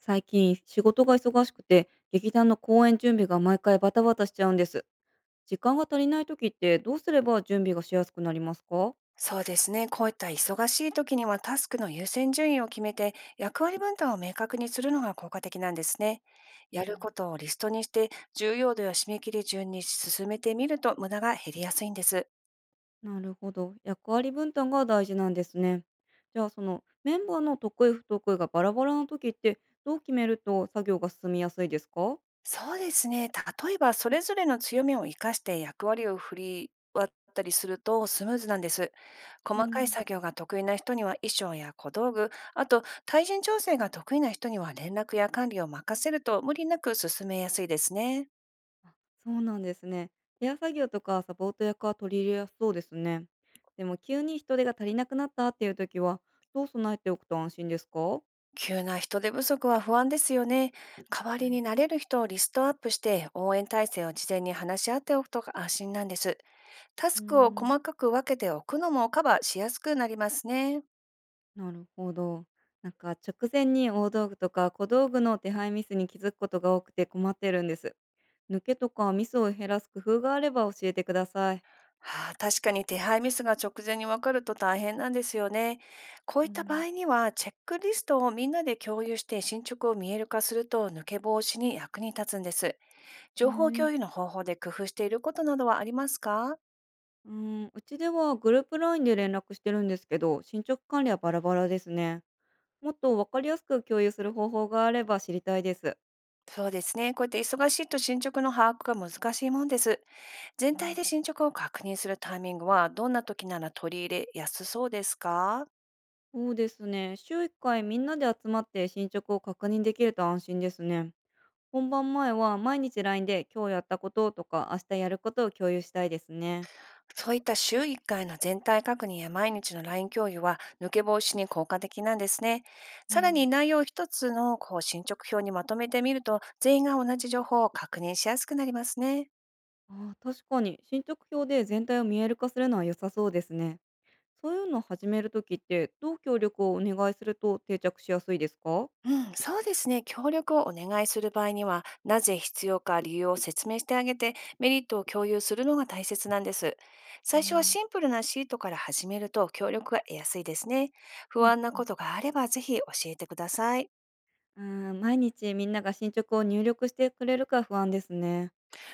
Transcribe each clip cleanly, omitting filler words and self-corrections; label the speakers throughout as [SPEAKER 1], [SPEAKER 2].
[SPEAKER 1] 最近仕事が忙しくて劇団の公演準備が毎回バタバタしちゃうんです。時間が足りない時ってどうすれば準備がしやすくなりますか？
[SPEAKER 2] そうですね。こういった忙しい時にはタスクの優先順位を決めて役割分担を明確にするのが効果的なんですね。
[SPEAKER 1] う
[SPEAKER 2] やるこ
[SPEAKER 1] ん、
[SPEAKER 2] とをリストにして重要度や締め切り順に進めてみると無駄が減りやすいんです。
[SPEAKER 1] なるほど。役割分担が大事なんですね。じゃあ、そのメンバーの得意不得意がバラバラの時って、どう決めると作業が進みやすいですか？
[SPEAKER 2] そうですね。例えばそれぞれの強みを生かして役割を振り割ったりするとスムーズなんです。
[SPEAKER 1] う
[SPEAKER 2] 細かい
[SPEAKER 1] ん、
[SPEAKER 2] 作業が得意な人には衣装や小道具、あと対人調整が得意な人には連絡や管理を任せると無理なく進めやすいですね。
[SPEAKER 1] あ、そうなんですね。手屋作業とかサポート役は取り入れやすそうですね。でも急に人手が足りなくなったっていう時は、どう備えておくと安心ですか？
[SPEAKER 2] 急な人手不足は不安ですよね。代わ
[SPEAKER 1] は
[SPEAKER 2] りに
[SPEAKER 1] い。
[SPEAKER 2] なれる人をリストアップして応援体制を事前に話し合っておくと安心なんです。タ
[SPEAKER 1] う
[SPEAKER 2] ス
[SPEAKER 1] ー
[SPEAKER 2] クを
[SPEAKER 1] ん、
[SPEAKER 2] 細かく分けておくのもカバーしやすくなりますね。
[SPEAKER 1] なるほど。なんか直前に大道具とか小道具の手配ミスに気づくことが多くて困ってるんです。抜けとかミスを減らす工夫があれば教えてください。
[SPEAKER 2] はあ、確かに手配ミスが直前に分かると大変なんですよね。こう
[SPEAKER 1] う
[SPEAKER 2] いった場
[SPEAKER 1] ん、
[SPEAKER 2] 合にはチェックリストをみんなで共有して進捗を見える化すると抜け防止に役に立つんです。
[SPEAKER 1] え
[SPEAKER 2] 情報
[SPEAKER 1] ー
[SPEAKER 2] 共有の方法で工夫していることなどはありますか？
[SPEAKER 1] うーうちではグループラインで連絡してるんですけど、進捗管理はバラバラですね。もっとわかりやすく共有する方法があれば知りたいです。
[SPEAKER 2] そうですね。こうやって忙しいと進捗の把握が難しいもんです。全
[SPEAKER 1] は
[SPEAKER 2] 体
[SPEAKER 1] い。
[SPEAKER 2] で進捗を確認するタイミングはどんな時なら取り入れやすそうですか？
[SPEAKER 1] そうですね。週1回みんなで集まって進捗を確認できると安心ですね。本番前は毎日 LINE で今日やったこととか明日やることを共有したいですね。
[SPEAKER 2] そういった週1回の全体確認や毎日のライン共有は抜け防止に効果的なんですね。
[SPEAKER 1] う
[SPEAKER 2] さらに
[SPEAKER 1] ん、
[SPEAKER 2] 内容を一つのこう進捗表にまとめてみると全員が同じ情報を確認しやすくなりますね。
[SPEAKER 1] ああ、確かに進捗表で全体を見える化するのは良さそうですね。そういうのを始めるときってどう協力をお願いすると定着しやすいですか？
[SPEAKER 2] うん、そうですね。協力をお願いする場合には、なぜ必要か理由を説明してあげて、メリットを共有するのが大切なんです。
[SPEAKER 1] う
[SPEAKER 2] 最初は
[SPEAKER 1] ん、あ
[SPEAKER 2] シン
[SPEAKER 1] ー、
[SPEAKER 2] プルなシートから始めると協力が得やすいですね。
[SPEAKER 1] う
[SPEAKER 2] 不
[SPEAKER 1] ん、
[SPEAKER 2] 安な
[SPEAKER 1] うん。
[SPEAKER 2] ことがあれば、ぜひ教えてください。
[SPEAKER 1] 毎日みんなが進捗を入力してくれるか不安ですね。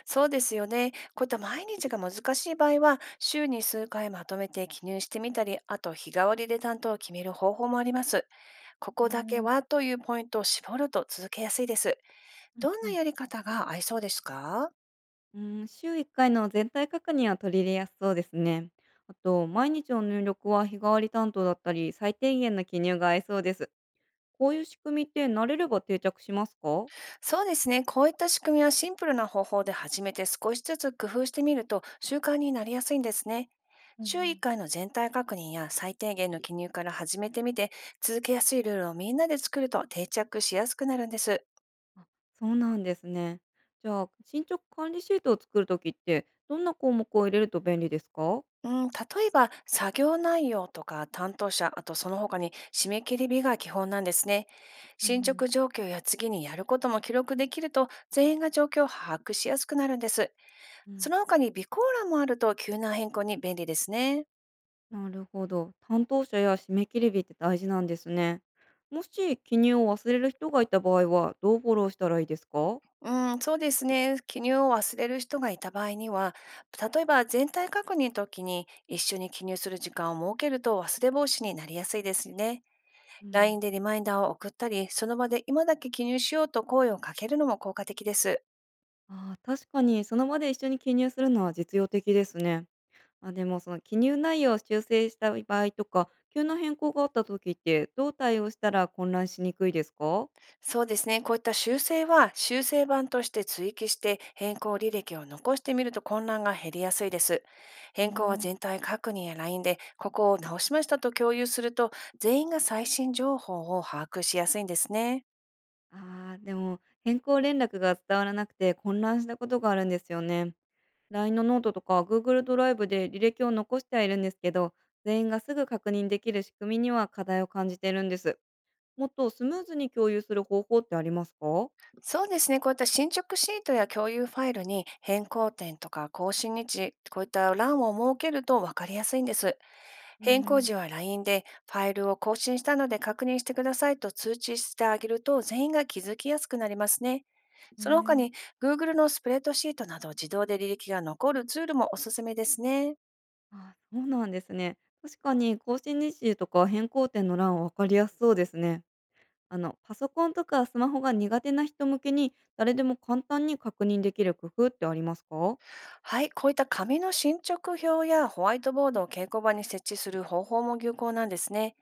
[SPEAKER 2] そうですよね。こういった毎日が難しい場合は、週に数回まとめて記入してみたり、あと日替わりで担当を決める方法もあります。こ
[SPEAKER 1] お
[SPEAKER 2] こだけ
[SPEAKER 1] ー、
[SPEAKER 2] はというポイントを絞ると続けやすいです。
[SPEAKER 1] うん
[SPEAKER 2] どん
[SPEAKER 1] う
[SPEAKER 2] な
[SPEAKER 1] ん。
[SPEAKER 2] やり方が合いそうですか？
[SPEAKER 1] 週1回の全体確認は取り入れやすそうですね。あと、毎日の入力は日替わり担当だったり、最低限の記入が合いそうです。こういう仕組みって慣れれば定着しますか？
[SPEAKER 2] そうですね。こういった仕組みはシンプルな方法で始めて少しずつ工夫してみると習慣になりやすいんですね。
[SPEAKER 1] うんう
[SPEAKER 2] 週1
[SPEAKER 1] ん、
[SPEAKER 2] 回の全体確認や最低限の記入から始めてみて、続けやすいルールをみんなで作ると定着しやすくなるんです。
[SPEAKER 1] あ、そうなんですね。じゃあ、進捗管理シートを作るときって、どんな項目を入れると便利ですか？
[SPEAKER 2] うん、例えば、作業内容とか担当者、あとその他に締め切り日が基本なんですね。
[SPEAKER 1] うんう
[SPEAKER 2] 進
[SPEAKER 1] ん。
[SPEAKER 2] 捗状況や次にやることも記録できると、全員が状況を把握しやすくなるんです。その他に備考欄もあると急な変更に便利ですね。
[SPEAKER 1] なるほど。担当者や締め切り日って大事なんですね。もし記入を忘れる人がいた場合は、どうフォローしたらいいですか？
[SPEAKER 2] うん、そうですね。記入を忘れる人がいた場合には、例えば全体確認の時に一緒に記入する時間を設けると忘れ防止になりやすいですね。
[SPEAKER 1] うん、
[SPEAKER 2] LINE でリマインダーを送ったり、その場で今だけ記入しようと声をかけるのも効果的です。
[SPEAKER 1] ああ、確かにその場で一緒に記入するのは実用的ですね。あ、でもその記入内容を修正した場合とか、急な変更があった時ってどう対応したら混乱しにくいですか？
[SPEAKER 2] そうですね。こういった修正は修正版として追記して変更履歴を残してみると混乱が減りやすいです。
[SPEAKER 1] お
[SPEAKER 2] 変更は
[SPEAKER 1] ー、
[SPEAKER 2] 全体確認や LINE でここを直しましたと共有すると全員が最新情報を把握しやすいんですね。
[SPEAKER 1] ああ、でも変更連絡が伝わらなくて混乱したことがあるんですよね。LINE のノートとか Google ドライブで履歴を残してはいるんですけど、全員がすぐ確認できる仕組みには課題を感じているんです。もっとスムーズに共有する方法ってありますか？
[SPEAKER 2] そうですね。こういった進捗シートや共有ファイルに変更点とか更新日、こういった欄を設けると分かりやすいんです。
[SPEAKER 1] う
[SPEAKER 2] 変更
[SPEAKER 1] ー、
[SPEAKER 2] 時は LINE でファイルを更新したので確認してくださいと通知してあげると全員が気づきやすくなりますね。
[SPEAKER 1] へ
[SPEAKER 2] その他
[SPEAKER 1] ー、
[SPEAKER 2] に Google のスプレッドシートなど自動で履歴が残るツールもおすすめですね。
[SPEAKER 1] ああ、そうなんですね。確かに更新日時とか変更点の欄は分かりやすそうですね。パソコンとかスマホが苦手な人向けに誰でも簡単に確認できる工夫ってありますか？
[SPEAKER 2] はい、こういった紙の進捗表やホワイトボードを稽古場に設置する方法も有効なんですね。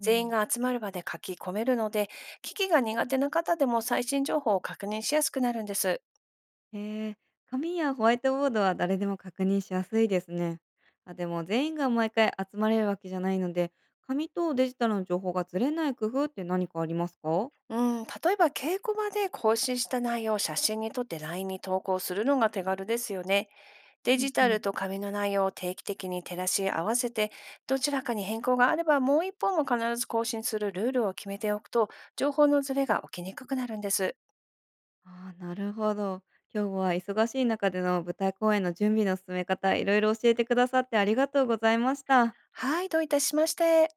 [SPEAKER 1] う
[SPEAKER 2] 全員
[SPEAKER 1] ん、
[SPEAKER 2] が集まる場で書き込めるので、機器が苦手な方でも最新情報を確認しやすくなるんです。
[SPEAKER 1] へえ、紙やホワイトボードは誰でも確認しやすいですね。あ、でも全員が毎回集まれるわけじゃないので、紙とデジタルの情報がずれない工夫って何かありますか？
[SPEAKER 2] うん、例えば稽古場で更新した内容を写真に撮って LINE に投稿するのが手軽ですよね。デ
[SPEAKER 1] うん
[SPEAKER 2] ジ
[SPEAKER 1] う
[SPEAKER 2] タル
[SPEAKER 1] ん、
[SPEAKER 2] と紙の内容を定期的に照らし合わせて、どちらかに変更があればもう一方も必ず更新するルールを決めておくと、情報のズレが起きにくくなるんです。
[SPEAKER 1] ああ、なるほど。今日は忙しい中での舞台公演の準備の進め方、いろいろ教えてくださってありがとうございました。
[SPEAKER 2] はい、どういたしまして。